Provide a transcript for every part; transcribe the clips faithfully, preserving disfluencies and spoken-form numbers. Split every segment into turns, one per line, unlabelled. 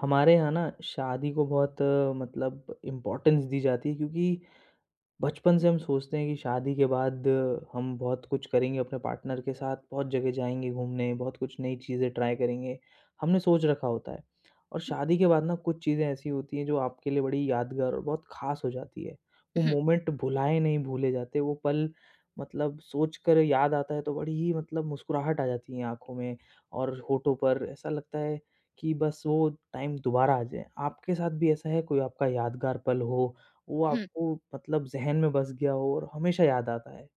हमारे यहाँ ना शादी को बहुत अ, मतलब इम्पोर्टेंस दी जाती है क्योंकि बचपन से हम सोचते हैं कि शादी के बाद अ, हम बहुत कुछ करेंगे अपने पार्टनर के साथ, बहुत जगह जाएँगे घूमने, बहुत कुछ नई चीज़ें ट्राई करेंगे, हमने सोच रखा होता है। और शादी के बाद ना कुछ चीज़ें ऐसी होती हैं जो आपके लिए बड़ी यादगार और बहुत ख़ास हो जाती है। वो
हुँ,
मोमेंट भुलाए नहीं भूले जाते, वो पल मतलब सोचकर याद आता है तो बड़ी ही मतलब मुस्कुराहट आ जाती है आँखों में और होठों पर, ऐसा लगता है कि बस वो टाइम दोबारा आ जाए। आपके साथ भी ऐसा है कोई आपका यादगार पल हो वो
हुँ।
आपको मतलब ज़हन में बस गया हो और हमेशा याद आता है।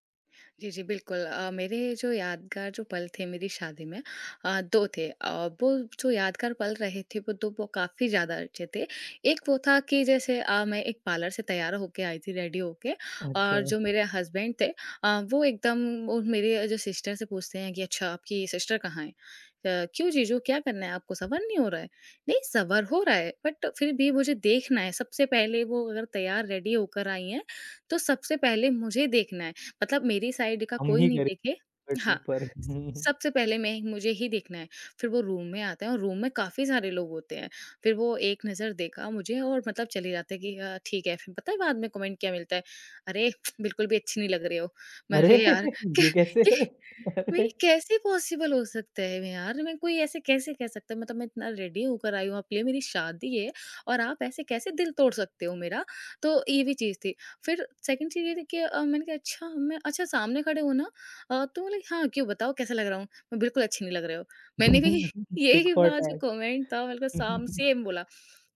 जी, जी, बिल्कुल। अ, मेरे जो यादगार जो पल थे मेरी शादी में अ, दो थे। अ, वो जो यादगार पल रहे थे वो दो वो काफ़ी ज़्यादा अच्छे थे। एक वो था कि जैसे अ, मैं एक पार्लर से तैयार होके आई थी रेडी होके,
अच्छा,
और जो मेरे हस्बैंड थे अ, वो एकदम वो मेरे जो सिस्टर से पूछते हैं कि अच्छा, आपकी सिस्टर कहाँ है? अ, क्यों जीजू, क्या करना है आपको, सवर नहीं हो रहा है? नहीं, सवर हो रहा है बट फिर भी मुझे देखना है, सबसे पहले वो अगर तैयार रेडी होकर आई हैं, तो सबसे पहले मुझे देखना है। मतलब मेरी साइड का
हम
कोई
ही
नहीं
करे
देखे।
बट
हाँ,
ऊपर।
स सबसे पहले मैं मुझे ही देखना है। फिर वो रूम में आता है और रूम में काफ़ी सारे लोग होते हैं। फिर वो एक नज़र देखा मुझे और मतलब चले जाते हैं कि अ, ठीक है। फिर पता है बाद में कमेंट क्या मिलता है? "अरे! बिल्कुल भी अच्छी नहीं लग रहे हो।" मैं,
अरे!
"अरे यार! क्या
ये कैसे?
ये"
अरे!
नहीं कैसे पॉसिबल हो सकता है मैं यार? मैं कोई ऐसे कैसे कह सकता है? मतलब मैं इतना रेडी होकर आई हूँ आपके लिए, मेरी शादी है और आप ऐसे कैसे दिल तोड़ सकते हो मेरा? तो ये भी चीज़ थी। फिर सेकंड चीज़ ये थी कि अ, मैंने कहा, अच्छा, मैं अच्छा सामने खड़े हो ना? अ, तो बोले हाँ, क्यों बताओ कैसा लग रहा हूँ? मैं बिल्कुल अच्छी नहीं लग रहे हो। मैंने भी
टिक
यही
फॉर
बात जो कमेंट था बिल्कुल साम
टैग।
सेम बोला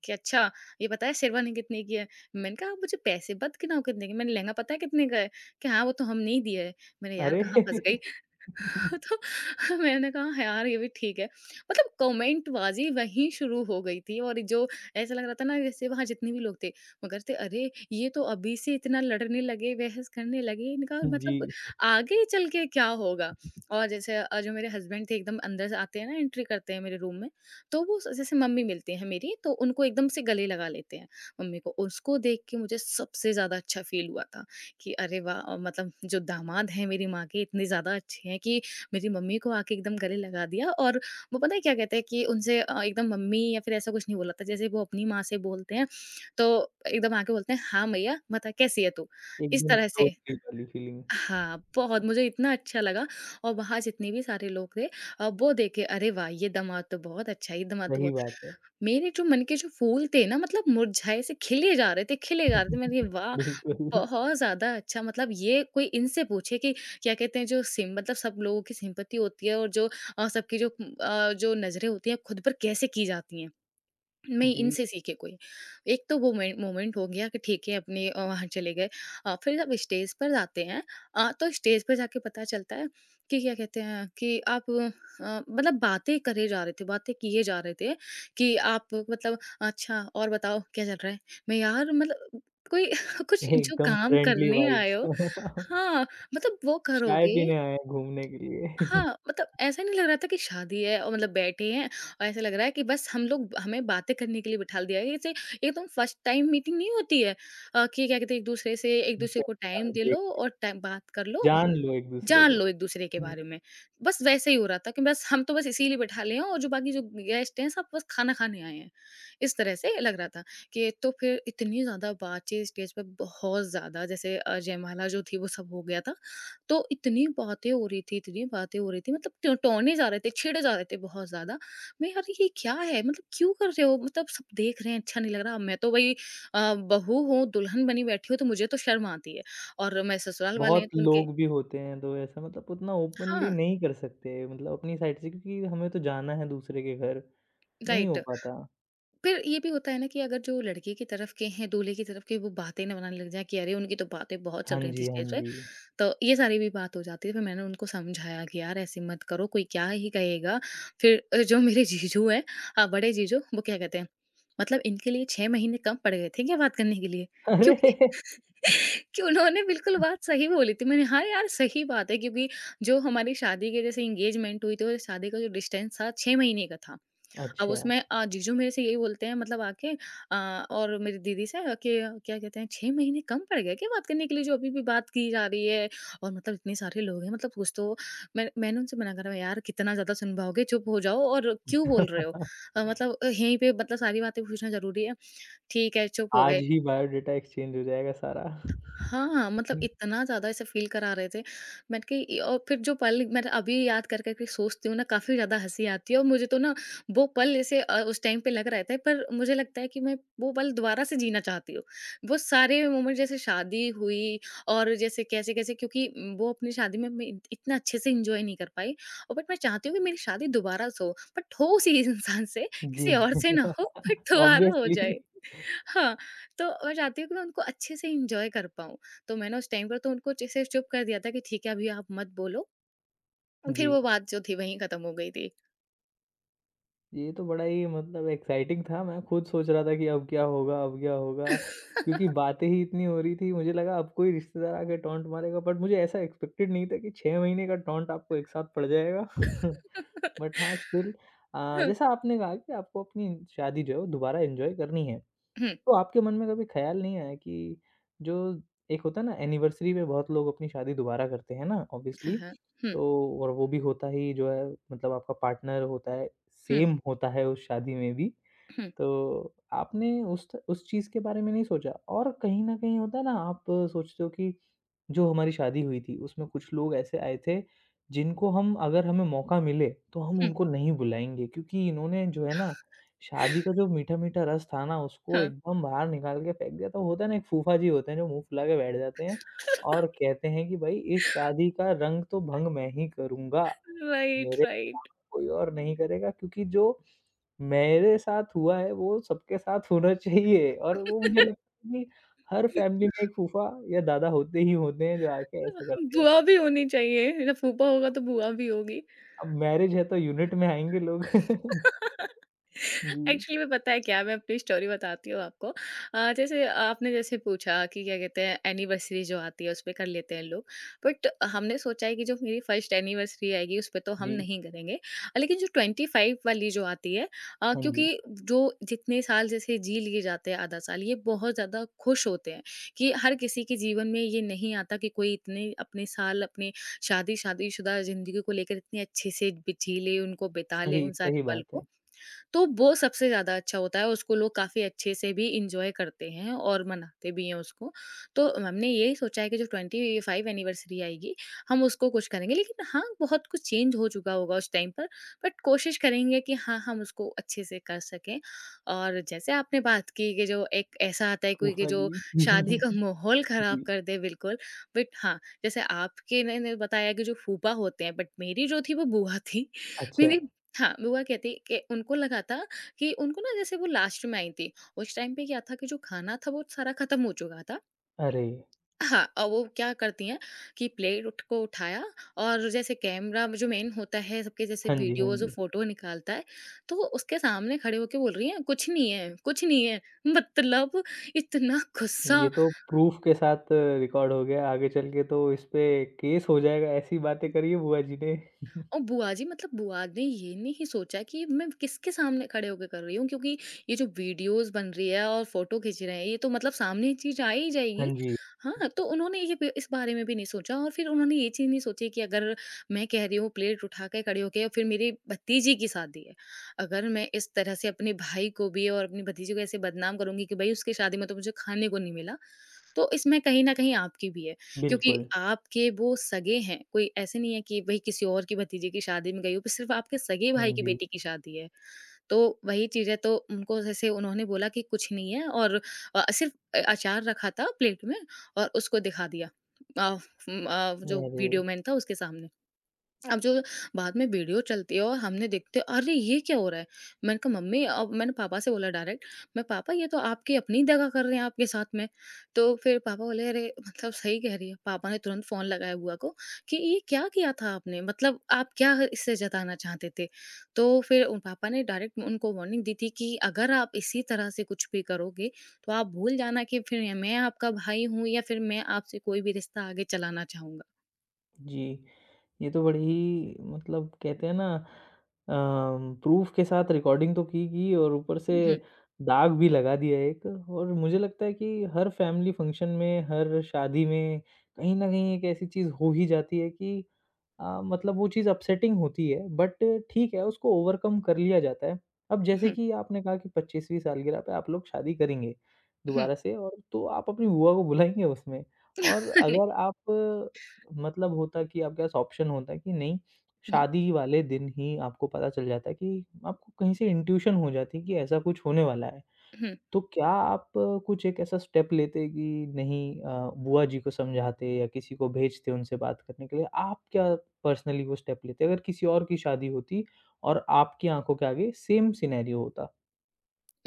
कि अच्छा, ये पता है शेरवानी कितने की है? मैंने कहा, आप मुझे पैसे मत गिनाओ कितने की, मैंने लहंगा पता है कितने का है? कि हाँ, वो तो हम नहीं दिए है। मैंने यार
अरे!
कहाँ फँस गई? तो मैंने कहा यार, ये भी ठीक है। मतलब कमेंट बाजी वहीं शुरू हो गई थी, और जो ऐसा लग रहा था ना जैसे वहां जितने भी लोग थे मगर थे, अरे ये तो अभी से इतना लड़ने लगे, बहस करने लगे, इनका
जी,
मतलब आगे चल के क्या होगा। और जैसे अ, जो मेरे हस्बैंड थे एकदम अंदर से आते हैं ना, एंट्री करते हैं मेरे रूम में, तो वो स- जैसे मम्मी मिलती हैं मेरी, तो उनको एकदम से गले लगा लेते हैं। मम्मी को, उसको देख के मुझे सबसे ज्यादा अच्छा फील हुआ था कि अरे वाह! अ, मतलब जो दामाद हैं मेरी माँ के, इतने ज़्यादा अच्छे हैं कि मेरी मम्मी को आके एकदम गले लगा दिया, और वो पता है क्या कहते हैं कि उनसे अ, एकदम मम्मी या फिर ऐसा कुछ नहीं बोला था। जैसे वो अपनी माँ से बोलते हैं, तो एकदम आके बोलते हैं, "हाँ, मैया, बता कैसी है तू?" इस
एकदम
तरह से।
क्लोज़ली वाली फीलिंग।
हाँ, बहुत मुझे इतना अच्छा लगा, और वहाँ जितने भी सारे लोग थे अ, वो देखे अरे वाह! ये दामाद तो बहुत अच्छा है, ये दामाद तो
सही
बहुत।
बात है।
मेरे जो मन के जो फूल थे ना, मतलब मुरझाए से खिले जा रहे थे, खिले जा रहे थे। मैंने कहा वाह!
बिल्कुल,
बहुत ज़्यादा अच्छा, मतलब ये कोई इनसे पूछे कि क्या कहते हैं, जो सिम मतलब सब लोगों की सिंपैथी होती है और जो अ, सबकी जो उम, अ, जो नज़रें होती हैं खुद पर कैसे की जाती हैं। मैं,
जी,
इनसे सीखे कोई। एक तो वो में मोमेंट हो गया कि ठीक है, अपने अ, वहाँ चले गए। अ, फिर जब स्टेज पर जाते हैं, अ, तो स्टेज पर जाके पता चलता है कि क्या कहते हैं कि आप अ, मतलब बातें करे जा रहे थे, बातें किए जा रहे थे, कि आप मतलब अच्छा और बताओ क्या चल रहा है? मैं यार मतलब, कोई कुछ जो
एकदम
काम
फ्रेंडली
करने आए
वाइब्स।
हो? हाँ, मतलब वो
चाय
करोगे।
पीने आए हैं घूमने के लिए।
हाँ, मतलब ऐसा नहीं लग रहा था कि शादी है और मतलब बैठे हैं, और ऐसा लग रहा है कि बस हम लोग, हमें बातें करने के लिए बिठा दिया है। जैसे एकदम फर्स्ट टाइम मीटिंग नहीं होती है, अ, कि क्या कहते हैं एक-दूसरे से,
पहली
एक-दूसरे को
बार
टाइम दे
देख
लो
देख-
और टाइम बात कर लो,
जान लो एक-दूसरे
जान
को।
लो एक-दूसरे के बारे में। बस वैसे ही हो रहा था कि बस हम तो बस इसीलिए बिठा लिए हैं, और जो बाकी जो गेस्ट हैं सब बस खाना खाने आए हैं। इस तरह से लग रहा था कि तो फिर इतनी ज़्यादा बातचीत स्टेज पे बहुत ज़्यादा, जैसे अ, जयमाला जो थी वो सब हो गया था। तो इतनी बातें हो रही थी, इतनी बातें हो रही थी, मतलब ट टौने जा रहे थे, छेड़े जा रहे थे बहुत ज़्यादा। मैं यार ये क्या है? मतलब क्यों कर रहे हो? मतलब सब देख रहे हैं, अच्छा नहीं लग रहा। मैं तो भई अ, बहू हूँ, दुल्हन बनी बैठी हूँ तो मुझे तो शर्म आती है, और मैं ससुराल वाले
बहुत
हैं तो उनके।
लोग भी होते हैं तो ऐसा मतलब उतना ओपनली
हाँ,
नहीं कर सकते मतलब अपनी साइड से क्योंकि हमें तो जाना है दूसरे के घर, नहीं
राइट।
हो पाता।
फिर ये भी होता है ना कि अगर जो लड़के की तरफ के हैं, दूल्हे की तरफ के, वो बातें ना बनाने लग जाएँ कि अरे! उनकी तो बातें बहुत
हाँ
चल रही थी
जी, हाँ
स्टेज पे।
जी।
तो ये सारी भी बात हो जाती है। फिर मैंने उनको समझाया कि यार, ऐसे मत करो, कोई क्या ही कहेगा। फिर अ, जो मेरे जीजू हैं, अ, बड़े जीजू, वो क्या कहते हैं, मतलब इनके लिए छह महीने कम पड़ गए थे क्या बात करने के लिए?
अरे!
क्योंकि कि उन्होंने बिल्कुल बात सही बोली थी। मैंने, हाँ यार सही बात है क्योंकि जो हमारी शादी के जैसे एंगेजमेंट हुई थी और शादी का जो डिस्टेंस था छह महीने का था। अब
अच्छा।
उसमें अ, जीजू मेरे से यही बोलते हैं मतलब आके, अ, और मेरी दीदी से कि क्या कहते हैं छह महीने कम पड़ गया क्या बात करने के लिए, जो अभी भी बात की जा रही है, और मतलब इतने सारे लोग हैं मतलब कुछ तो। मैं मैंने उनसे मना करा, यार कितना ज्यादा सुन पाओगे, चुप हो जाओ और क्यों बोल रहे हो? अ, मतलब अ, यहीं पे मतलब सारी बातें पूछना जरूरी है? ठीक है, चुप हो
आज
गए।
ही बायोडाटा एक्सचेंज हो जाएगा सारा।
हाँ, मतलब
हुँ,
इतना ज़्यादा ऐसे फ़ील करा रहे थे। मैंने कही। और फिर जो पल मैं अभी याद कर कर के सोचती हूँ ना, काफ़ी ज़्यादा हँसी आती है, और मुझे तो ना वो पल ऐसे अ, उस टाइम पे लग रहा था, पर मुझे लगता है कि मैं वो पल दोबारा से जीना चाहती हूँ। वो सारे मोमेंट जैसे शादी हुई और जैसे कैसे-कैसे, क्योंकि वो अपनी शादी में मैं इत- इतना अच्छे से एन्जॉय नहीं कर पाई, और बट मैं चाहती हूँ कि मेरी शादी दोबारा से हो, बट हो उसी इंसान से,
जी।
किसी और से ना हो, बट दोबारा हो
ऑब्वियसली।
जाए। हाँ। तो मैं चाहती हूँ कि मैं उनको अच्छे से एंजॉय कर पाऊँ। तो मैंने उस टाइम पर तो उनको च सिर्फ़ चुप कर दिया था कि ठीक है अभी आप मत बोलो।
जी।
फिर वो बात जो थी वहीं ख़त्म हो गई थी।
ये तो बड़ा ही मतलब एक्साइटिंग था, मैं खुद सोच रहा था कि अब क्या होगा अब क्या होगा? क्योंकि बातें ही इतनी हो रही थी, मुझे लगा अब कोई रिश्तेदार आके टॉन्ट मारेगा, बट मुझे ऐसा एक्सपेक्टेड नहीं था कि छह महीने का टॉन्ट आपको एक साथ पड़ जाएगा। बट हाँ, स्टिल अ, जैसा आपने कहा कि आपको अपनी शादी जो है वो दोबारा एन्जॉय करनी है।
हुँ,
तो आपके मन में कभी ख़्याल नहीं आया कि जो एक होता है ना एनिवर्सरी पे बहुत लोग अपनी शादी दोबारा करते हैं ना
हाँ,
ऑब्वियसली,
हाँ। हुँ,
तो और वो भी होता ही जो है मतलब आपका पार्टनर होता है,
हुँ,
सेम होता है उस शादी में भी।
हुँ,
तो आपने उस त उस चीज़ के बारे में नहीं सोचा और कहीं न कहीं होता है ना आप सोचते हो कि जो हमारी शादी हुई थी, उसमें कुछ लोग ऐसे आए थे, जिनको हम अगर हमें मौका मिले, तो हम
हुँ,
उनको नहीं बुलाएँगे क्योंकि इन्होंने जो है ना, शादी का जो मीठा-मीठा रस था ना, उसको
हाँ।
एकदम बाहर निकाल के फेंक दिया। तो होता है ना, एक फूफा जी होते हैं, जो मुँह फुला के बैठ जाते हैं और कहते हैं कि, "भई, इस शादी का रंग तो भंग मैं ही करूँगा।"
राइट,
मेरे काम
राइट।
कोई और नहीं करेगा क्योंकि जो मेरे साथ हुआ है वो सबके साथ होना चाहिए और वो मुझे लगता है कि हर फैमिली में एक फूफा या दादा होते ही होते हैं जो आके ऐसा करते हैं।
बुआ भी होनी चाहिए। मेरा फूफा होगा तो बुआ भी होगी।
अब मैरिज है तो यूनिट में आएँगे लोग। जी,
एक्चुअली में पता है क्या है, मैं अपनी स्टोरी बताती हूँ आपको। अ, जैसे आपने जैसे पूछा कि क्या कहते हैं, एनिवर्सरी जो आती है उस पे कर लेते हैं लोग। बट हमने सोचा है कि जो मेरी फर्स्ट एनिवर्सरी आएगी उस पे तो हम
जी।
नहीं करेंगे। अ, लेकिन जो पच्चीस वाली जो आती है, अ,
हाँ जी,
क्योंकि जो, जितने साल जैसे जी लिए जाते हैं आधा साल, ये बहुत ज़्यादा खुश होते हैं कि हर किसी के जीवन में ये नहीं आता कि कोई इतने अपने साल, अपने शादी शादीशुदा ज़िंदगी को लेकर इतनी अच्छे से बि जी ले, उनको बिता ले
सही
उन
सही
सारे पल
बात है।
को, तो वो सबसे ज़्यादा अच्छा होता है, उसको लोग काफ़ी अच्छे से भी एन्जॉय करते हैं और मनाते भी हैं उसको। तो हमने यही सोचा है कि जो पच्चीसवीं एनिवर्सरी आएगी, हम उसको कुछ करेंगे। लेकिन हाँ, बहुत कुछ चेंज हो चुका होगा उस टाइम पर, बट कोशिश करेंगे कि हाँ, हम उसको अच्छे से कर सकें। और जैसे आपने बात की कि जो एक ऐसा आता है कोई कि
फूफा
जो
जी।
शादी का माहौल ख़राब
जी,
कर दे बिल्कुल, बट हाँ, जैसे आपके ने ने बताया कि जो फूफा होते हैं, बट मेरी जो थी वो बुआ थी।
अच्छा।
मेरी हाँ, बुआ कहती कि उनको लगा था कि उनको ना, जैसे वो लास्ट में आई थी, उस टाइम पे क्या था कि जो खाना था वो सारा खत्म हो चुका था।
अरे!
हाँ, और वो क्या करती हैं कि प्लेट उठ को उठाया, और जैसे कैमरा जो मेन होता है सबके जैसे
हाँ जी, हाँ
वीडियोज़ और
जी।
फ़ोटो निकालता है, तो उसके सामने खड़े होके बोल रही हैं, "कुछ नहीं है, कुछ नहीं है।" मतलब इतना
ये
गुस्सा।
तो प्रूफ़ के साथ रिकॉर्ड हो गया, आगे चल के तो इस पे केस हो जाएगा, ऐसी बातें करी है बुआ जी ने।
और बुआ जी मतलब बुआ ने ये नहीं सोचा कि मैं किसके सामने खड़े होके कर रही हूँ, क्योंकि ये जो वीडियोस बन रही है और फोटो खींच रहे हैं, ये तो मतलब सामने ये चीज आ ही
हाँ
जाएगी।
जी।
हाँ, तो उन्होंने ये भी- इस बारे में भी नहीं सोचा और फिर उन्होंने ये चीज नहीं सोची कि अगर मैं कह रही हूँ प्लेट उठा के खड़े होके और फिर मेरी भतीजी की शादी है। अगर मैं इस तरह से अपने भाई को भी और अपनी भतीजी को ऐसे बदनाम करूंगी कि भाई उसकी शादी में तो मुझे खाने को नहीं मिला, तो इसमें कहीं न कहीं आपकी भी है, क्योंकि
बिल्कुल,
आपके वो सगे हैं, कोई ऐसे नहीं है कि भई किसी और की भतीजे की शादी में गई हो, सिर्फ़ आपके सगे भाई
हाँ
की
जी।
बेटी की शादी है। तो वही चीज़ है, तो उनको जैसे उन्होंने बोला कि कुछ नहीं है और अ, सिर्फ़ अ, अचार रखा था प्लेट में और उसको दिखा दिया। अ, उम, अ, जो
अरे!
वीडियो मैन था उसके सामने। अब जो बाद में वीडियो चलती है और हमने देखते अरे ये क्या हो रहा है, मैंने कहा मम्मी, अब मैंने पापा से बोला डायरेक्ट, मैं पापा ये तो आपकी अपनी दगा कर रहे हैं आपके साथ में। तो फिर पापा बोले अरे मतलब सही कह रही है, पापा ने तुरंत फोन लगाया बुआ को कि ये क्या किया था आपने, मतलब आप क्या इससे जताना चाहते थे। तो फिर उन पापा ने डायरेक्ट उनको वार्निंग दी थी कि अगर आप इसी तरह से कुछ भी करोगे, तो आप भूल जाना कि फिर मैं आपका भाई हूँ या फिर मैं आपसे कोई भी रिश्ता आगे चलाना चाहूंगा।
जी, ये तो बड़ी मतलब कहते हैं ना अम, प्रूफ़ के साथ रिकॉर्डिंग तो की, की और ऊपर से
हम्म,
दाग भी लगा दिया एक और मुझे लगता है कि हर फैमिली फंक्शन में, हर शादी में कहीं न कहीं एक ऐसी चीज़ हो ही जाती है कि अ, मतलब वो चीज़ अपसेटिंग होती है बट ठीक है, उसको ओवरकम कर लिया जाता है। अब जैसे
हम्म,
कि आपने कहा कि पच्चीसवीं सालगिरह पे आप लोग शादी करेंगे
हम्म,
दोबारा से और तो आप अपनी बुआ को बुलाएँगे उसमें और
नहीं,
अगर आप मतलब होता कि आपके पास ऑप्शन होता कि नहीं,
हम्म।
शादी वाले दिन ही आपको पता चल जाता कि आपको कहीं से इंट्यूशन हो जाती कि ऐसा कुछ होने वाला है।
हुँ।
तो क्या आप अ, कुछ एक ऐसा स्टेप लेते कि नहीं अ, बुआ जी को समझाते या किसी को भेजते उनसे बात करने के लिए? आप क्या पर्सनली वो स्टेप लेते अगर किसी और की शादी होती और आपकी आँखों के आगे सेम सिनेरियो होता?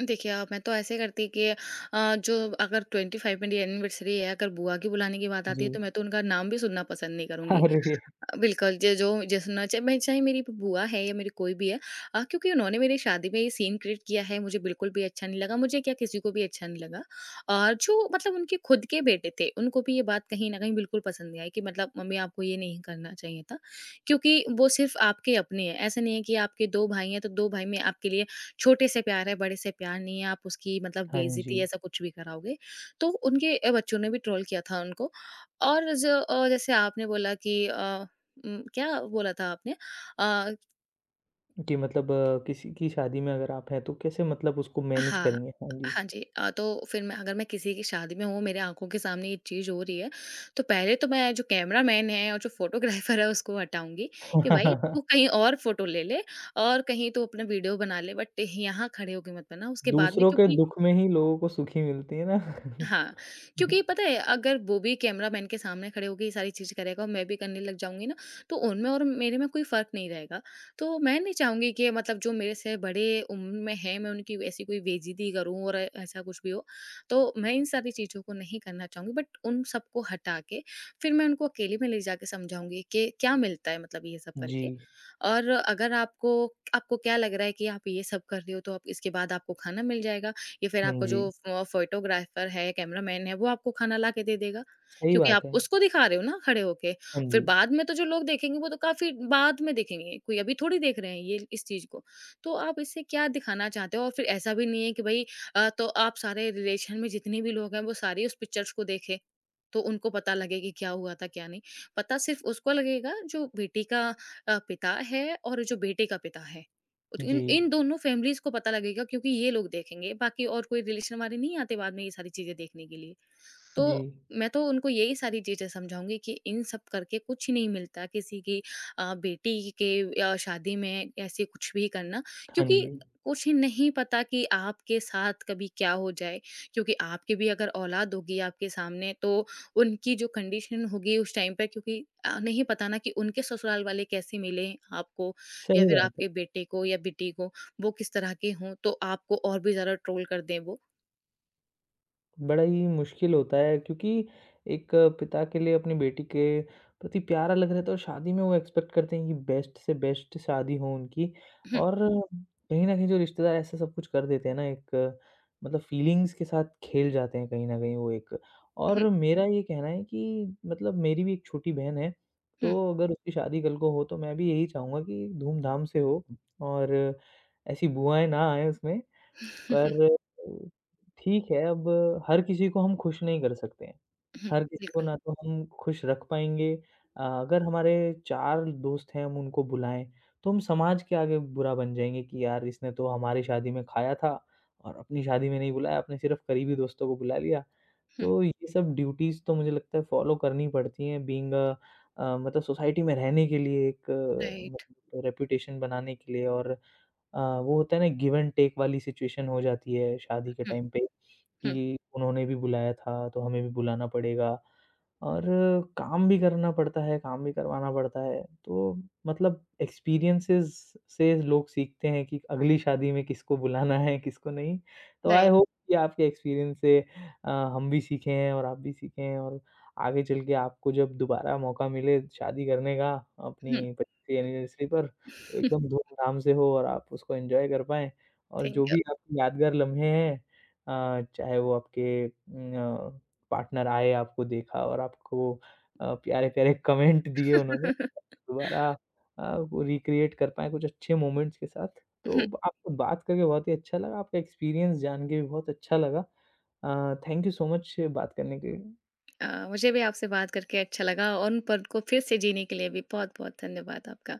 देखिए अ, मैं तो ऐसे करती कि अ, जो अगर ट्वेंटी फ़िफ़्थ मेरी एनिवर्सरी है, अगर बुआ की बुलाने की बात आती
जी।
है, तो मैं तो उनका नाम भी सुनना पसंद नहीं करूँगी।
अरे!
बिल्कुल, ज जो जैसे ना, चाहे मैं चाहे मेरी बुआ है या मेरी कोई भी है, अ, क्योंकि उन्होंने मेरी शादी में ये सीन क्रिएट किया है, मुझे बिल्कुल भी अच्छा नहीं लगा, मुझे क्या किसी को भी अच्छा नहीं लगा। और जो मतलब उनके खुद के बेटे थे, उनको भी ये बात कहीं न कहीं बिल्कुल पसंद नहीं आई कि मतलब मम्मी आपको ये नहीं करना चाहिए था, क्योंकि वो सिर्फ़ आपके अपने हैं। ऐसा नहीं है कि आपके दो भाई हैं, तो दो भाई में आपके लिए छोटे से प्यार है, बड़े से प्यार नहीं है, आप उसकी मतलब
हाँ जी,
बेइज़्ज़ती ऐसा कुछ भी कराओगे। तो उनके अ, बच्चों ने भी ट्रोल किया था उनको। और ज अ, जैसे आपने बोला कि अ उम, क्या बोला था आपने? अ,
कि मतलब अ, किसी की शादी में अगर आप हैं तो कैसे मतलब उसको मैनेज
हाँ।
करेंगे? हाँ जी।
हाँ जी। अ, तो फिर मैं, अगर मैं किसी की शादी में हूँ, मेरे आँखों के सामने ये चीज़ हो रही है, तो पहले तो मैं जो कैमरामैन है और जो फ़ोटोग्राफ़र है उसको हटाऊँगी कि भाई तू कहीं और फ़ोटो ले ले और कहीं तू अपना वीडियो बना ले, बट यहाँ खड़े होके मत बना। उसके बाद में
दूसरों के
क्योंकि
दुःख में ही लोगों को सुखी मिलती है ना।
हाँ, क्योंकि पता है, अगर वो भी कैमरामैन के सामने खड़े होके ये सारी चीज़ें करेगा और मैं भी करने लग जाऊँगी ना, तो उनमें और मेरे में कोई फ़र्क नहीं रहेगा। तो मैं नहीं चाहूँगी कि मतलब जो मेरे से बड़े उम्र में हैं, मैं उनकी ऐसी कोई बेइज़्ज़ती करूँ और ऐ- ऐसा कुछ भी हो। तो मैं इन सारी चीज़ों को नहीं करना चाहूँगी, बट उन सबको हटा के फिर मैं उनको अकेले में ले जाके समझाऊँगी कि क्या मिलता है मतलब ये सब
जी,
करके। और अगर आपको आपको क्या लग रहा है कि आप ये सब कर रहे हो तो आप इसके बाद आपको खाना मिल जाएगा। या फिर
हाँ
आपका
जी,
जो फ़ो फोटोग्राफ़र है, कैमरामैन है, वो आपको खाना ला के दे देगा,
सही
क्योंकि आप
बात है।
उसको दिखा रहे हो ना खड़े होके।
हाँ
फिर
जी,
बाद में तो जो लोग देखेंगे वो तो काफ़ी बाद में देखेंगे, कोई अभी थोड़ी देख रहे हैं ये इस चीज़ को। तो आप इससे क्या दिखाना चाहते हो? और फिर ऐसा भी नहीं है कि भई अ, तो आप सारे रिलेशन में जितने भी लोग हैं वो सारे उस पिक्चर्स को देखें, तो उनको पता लगे कि क्या हुआ था, क्या नहीं। पता सिर्फ़ उसको लगेगा जो बेटी का अ, पिता है और जो बेटे का पिता है। और
जी,
इन इन दोनों फैमिलीज़ को पता लगेगा क्योंकि ये लोग देखेंगे, बाकी और कोई रिलेशन हमारे नहीं आते बाद में ये सारी चीज़ें देखने के लिए। तो
जी,
मैं तो उनको यही सारी चीज़ें समझाऊँगी कि इन सब करके कुछ नहीं मिलता, किसी की अ, बेटी के अ, शादी में ऐसे कुछ भी करना,
हाँ
क्योंकि
जी,
कुछ ही नहीं पता कि आपके साथ कभी क्या हो जाए, क्योंकि आपकी भी अगर औलाद होगी आपके सामने, तो उनकी जो कंडीशन होगी उस टाइम पे, क्योंकि अ, नहीं पता ना कि उनके ससुराल वाले कैसे मिले आपको, या
सही
फिर
बात।
आपके
है।
बेटे को या बेटी को वो किस तरह के हों, तो आपको और भी ज़्यादा ट्रोल कर दें वो।
बड़ा ही मुश्किल होता है क्योंकि एक पिता के लिए अपनी बेटी के प्रति प्यार अलग रहता है और शादी में वो एक्सपेक्ट करते हैं कि बेस्ट से बेस्ट शादी हो उनकी
हम्म,
और कहीं न कहीं जो रिश्तेदार ऐसा सब कुछ कर देते हैं ना एक मतलब फीलिंग्स के साथ खेल जाते हैं कहीं न कहीं वो एक।
हम्म,
और मेरा ये कहना है कि मतलब मेरी भी एक छोटी बहन है,
हम्म,
तो अगर उसकी शादी कल को हो तो मैं भी यही चाहूँगा कि धूम-धाम से हो और ऐसी बुआएँ ना आएँ उसमें। पर अ, ठीक है अब हर किसी को हम खुश नहीं कर सकते हैं। हर किसी को
बिल्कुल।
ना तो हम खुश रख पाएँगे अ, अगर हमारे चार दोस्त हैं हम उनको बुलाएँ, तो हम समाज के आगे बुरा बन जाएँगे कि यार इसने तो हमारी शादी में खाया था और अपनी शादी में नहीं बुलाया, अपने सिर्फ़ करीबी दोस्तों को बुला लिया।
Hmm,
तो ये सब ड्यूटीज़ तो मुझे लगता है फॉलो करनी पड़ती हैं बीइंग अ अ, मतलब सोसाइटी में रहने के लिए एक
राइट।
मतलब रेपुटेशन बनाने के लिए और अ, वो होता है ना गिव एंड टेक वाली सिचुएशन हो जाती है शादी के
हुँ,
टाइम पे
हुँ,
कि उन्होंने भी बुलाया था, तो हमें भी बुलाना पड़ेगा और काम भी करना पड़ता है, काम भी करवाना पड़ता है। तो मतलब एक्सपीरियंसेस से लोग सीखते हैं कि अगली शादी में किसको बुलाना है, किसको नहीं। तो आई
राइट।
होप कि आपके एक्सपीरियंस से अ, हम भी सीखे हैं और आप भी सीखे हैं और आगे चल के आपको जब दोबारा मौका मिले शादी करने का
हुँ।
अपनी पच्चीसवीं एनिवर्सरी पर तो एकदम धूमधाम से हो और आप उसको एन्जॉय कर पाएँ और जो
थैंक यू।
भी आपके यादगार लम्हे हैं अ, चाहे वो आपके अ, पार्टनर आए, आपको देखा और आपको अ, प्यारे-प्यारे कमेंट दिए उन्होंने, दोबारा अ, वो रिक्रिएट कर पाएँ कुछ अच्छे मोमेंट्स के साथ। तो आपसे बात करके बहुत ही अच्छा लगा, आपका एक्सपीरियंस जान के भी बहुत अच्छा लगा। अ, थैंक यू सो मच बात करने के लिए।
अ, मुझे भी आपसे बात करके अच्छा लगा और उन पल को फिर से जीने के लिए भी बहुत-बहुत धन्यवाद आपका।